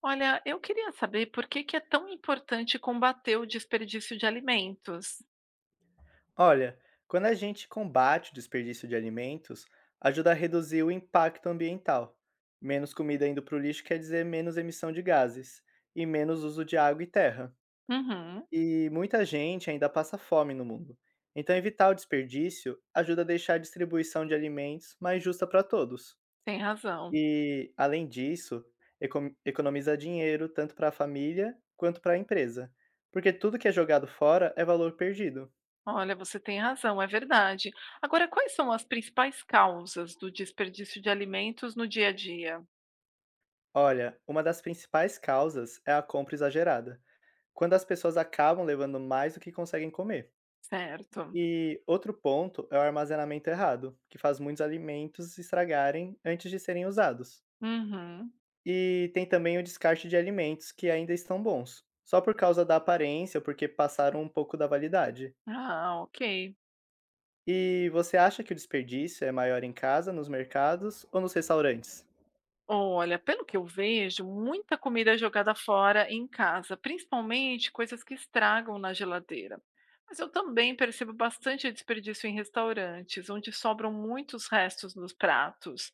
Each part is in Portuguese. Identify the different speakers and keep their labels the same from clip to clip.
Speaker 1: Olha, eu queria saber por que que é tão importante combater o desperdício de alimentos.
Speaker 2: Olha, quando a gente combate o desperdício de alimentos, ajuda a reduzir o impacto ambiental. Menos comida indo para o lixo quer dizer menos emissão de gases e menos uso de água e terra.
Speaker 1: Uhum,
Speaker 2: E muita gente ainda passa fome no mundo. Então, evitar o desperdício ajuda a deixar a distribuição de alimentos mais justa para todos.
Speaker 1: tem razão.
Speaker 2: E, além disso, economiza dinheiro tanto para a família quanto para a empresa, porque tudo que é jogado fora é valor perdido.
Speaker 1: Olha, você tem razão, é verdade. Agora, quais são as principais causas do desperdício de alimentos no dia a dia?
Speaker 2: Olha, uma das principais causas é a compra exagerada, quando as pessoas acabam levando mais do que conseguem comer.
Speaker 1: Certo.
Speaker 2: E outro ponto é o armazenamento errado, que faz muitos alimentos se estragarem antes de serem usados.
Speaker 1: Uhum.
Speaker 2: E tem também o descarte de alimentos que ainda estão bons, só por causa da aparência ou porque passaram um pouco da validade.
Speaker 1: Ah, ok.
Speaker 2: E você acha que o desperdício é maior em casa, nos mercados ou nos restaurantes?
Speaker 1: Olha, pelo que eu vejo, muita comida é jogada fora em casa, principalmente coisas que estragam na geladeira. Mas eu também percebo bastante desperdício em restaurantes, onde sobram muitos restos nos pratos.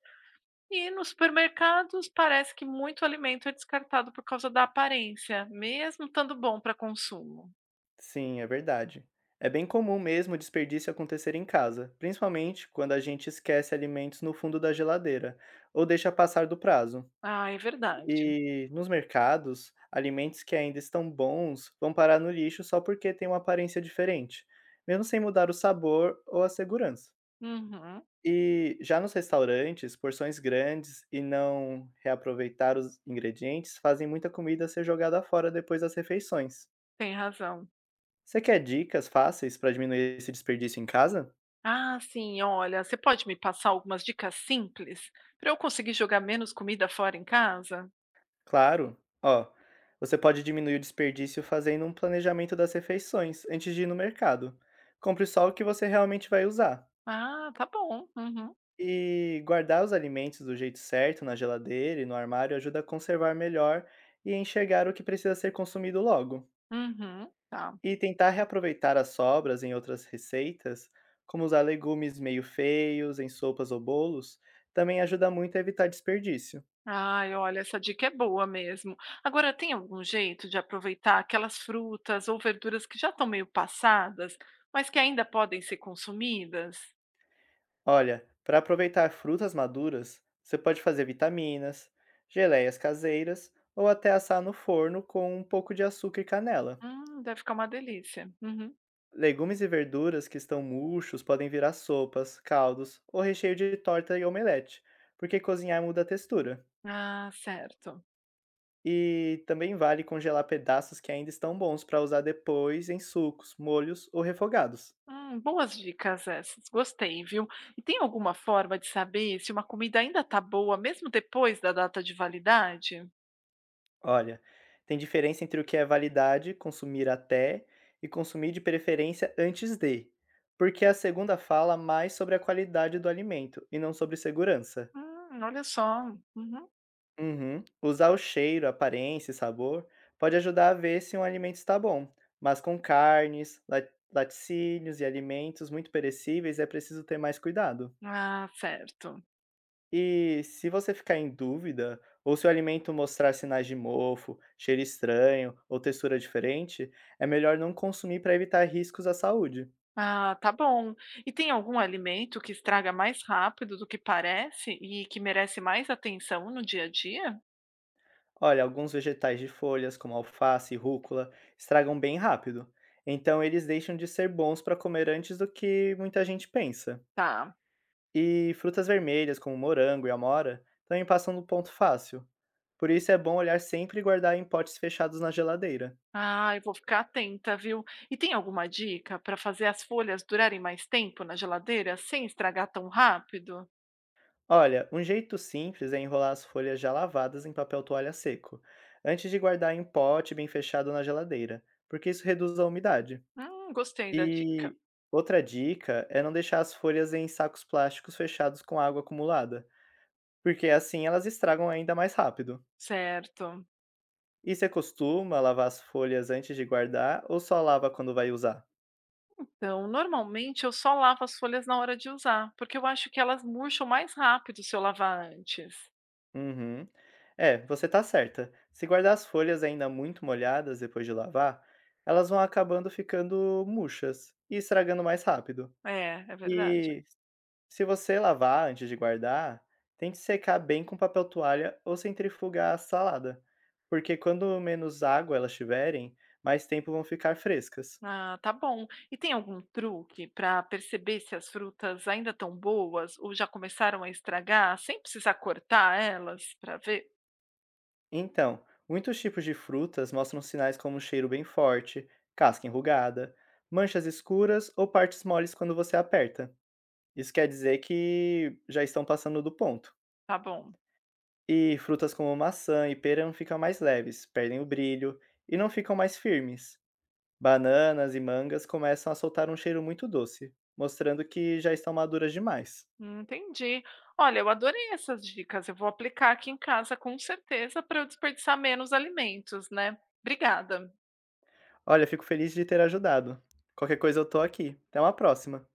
Speaker 1: E nos supermercados parece que muito alimento é descartado por causa da aparência, mesmo estando bom para consumo.
Speaker 2: Sim, é verdade. É bem comum mesmo o desperdício acontecer em casa, principalmente quando a gente esquece alimentos no fundo da geladeira ou deixa passar do prazo.
Speaker 1: Ah, é verdade.
Speaker 2: E nos mercados, alimentos que ainda estão bons vão parar no lixo só porque têm uma aparência diferente, mesmo sem mudar o sabor ou a segurança.
Speaker 1: Uhum,
Speaker 2: E já nos restaurantes, porções grandes e não reaproveitar os ingredientes fazem muita comida ser jogada fora depois das refeições.
Speaker 1: tem razão.
Speaker 2: Você quer dicas fáceis para diminuir esse desperdício em casa?
Speaker 1: Ah, sim, olha, você pode me passar algumas dicas simples para eu conseguir jogar menos comida fora em casa?
Speaker 2: Claro! Ó, você pode diminuir o desperdício fazendo um planejamento das refeições antes de ir no mercado. Compre só o que você realmente vai usar.
Speaker 1: Ah, tá bom. Uhum,
Speaker 2: E guardar os alimentos do jeito certo na geladeira e no armário ajuda a conservar melhor e enxergar o que precisa ser consumido logo.
Speaker 1: uhum, tá.
Speaker 2: E tentar reaproveitar as sobras em outras receitas, como usar legumes meio feios em sopas ou bolos, também ajuda muito a evitar desperdício.
Speaker 1: Ai, olha, essa dica é boa mesmo. Agora, tem algum jeito de aproveitar aquelas frutas ou verduras que já estão meio passadas, mas que ainda podem ser consumidas?
Speaker 2: Olha, para aproveitar frutas maduras, você pode fazer vitaminas, geleias caseiras ou até assar no forno com um pouco de açúcar e canela.
Speaker 1: Deve ficar uma delícia. Uhum.
Speaker 2: Legumes e verduras que estão murchos podem virar sopas, caldos ou recheio de torta e omelete, porque cozinhar muda a textura.
Speaker 1: Ah, certo.
Speaker 2: E também vale congelar pedaços que ainda estão bons para usar depois em sucos, molhos ou refogados.
Speaker 1: Boas dicas essas, gostei, viu? E tem alguma forma de saber se uma comida ainda tá boa, mesmo depois da data de validade?
Speaker 2: Olha, tem diferença entre o que é validade, consumir até, e consumir de preferência antes de, porque é a segunda fala mais sobre a qualidade do alimento e não sobre segurança.
Speaker 1: Olha só. Uhum.
Speaker 2: Uhum. Usar o cheiro, aparência e sabor pode ajudar a ver se um alimento está bom, mas com carnes, laticínios e alimentos muito perecíveis é preciso ter mais cuidado.
Speaker 1: Ah, certo.
Speaker 2: E se você ficar em dúvida, ou se o alimento mostrar sinais de mofo, cheiro estranho ou textura diferente, é melhor não consumir para evitar riscos à saúde.
Speaker 1: Ah, tá bom. E tem algum alimento que estraga mais rápido do que parece e que merece mais atenção no dia a dia?
Speaker 2: Olha, alguns vegetais de folhas, como alface e rúcula, estragam bem rápido. Então, eles deixam de ser bons para comer antes do que muita gente pensa.
Speaker 1: Tá.
Speaker 2: E frutas vermelhas, como morango e amora, também passam no ponto fácil. Por isso é bom olhar sempre e guardar em potes fechados na geladeira.
Speaker 1: Ah, eu vou ficar atenta, viu? E tem alguma dica para fazer as folhas durarem mais tempo na geladeira sem estragar tão rápido?
Speaker 2: Olha, um jeito simples é enrolar as folhas já lavadas em papel toalha seco, antes de guardar em pote bem fechado na geladeira, porque isso reduz a umidade.
Speaker 1: Gostei da dica.
Speaker 2: E outra dica é não deixar as folhas em sacos plásticos fechados com água acumulada, porque assim elas estragam ainda mais rápido.
Speaker 1: Certo.
Speaker 2: E você costuma lavar as folhas antes de guardar ou só lava quando vai usar?
Speaker 1: Então, normalmente eu só lavo as folhas na hora de usar, porque eu acho que elas murcham mais rápido se eu lavar antes.
Speaker 2: Uhum. É, você tá certa. Se guardar as folhas ainda muito molhadas depois de lavar, elas vão acabando ficando murchas e estragando mais rápido.
Speaker 1: É, é verdade.
Speaker 2: E se você lavar antes de guardar, tem que secar bem com papel toalha ou centrifugar a salada, porque quando menos água elas tiverem, mais tempo vão ficar frescas.
Speaker 1: Ah, tá bom. E tem algum truque para perceber se as frutas ainda estão boas ou já começaram a estragar, sem precisar cortar elas para ver?
Speaker 2: Então, muitos tipos de frutas mostram sinais como um cheiro bem forte, casca enrugada, manchas escuras ou partes moles quando você aperta. Isso quer dizer que já estão passando do ponto.
Speaker 1: Tá bom.
Speaker 2: E frutas como maçã e pera ficam mais leves, perdem o brilho e não ficam mais firmes. Bananas e mangas começam a soltar um cheiro muito doce, mostrando que já estão maduras demais.
Speaker 1: Entendi. Olha, eu adorei essas dicas. Eu vou aplicar aqui em casa com certeza para eu desperdiçar menos alimentos, né? Obrigada.
Speaker 2: Olha, fico feliz de ter ajudado. Qualquer coisa eu tô aqui. Até uma próxima.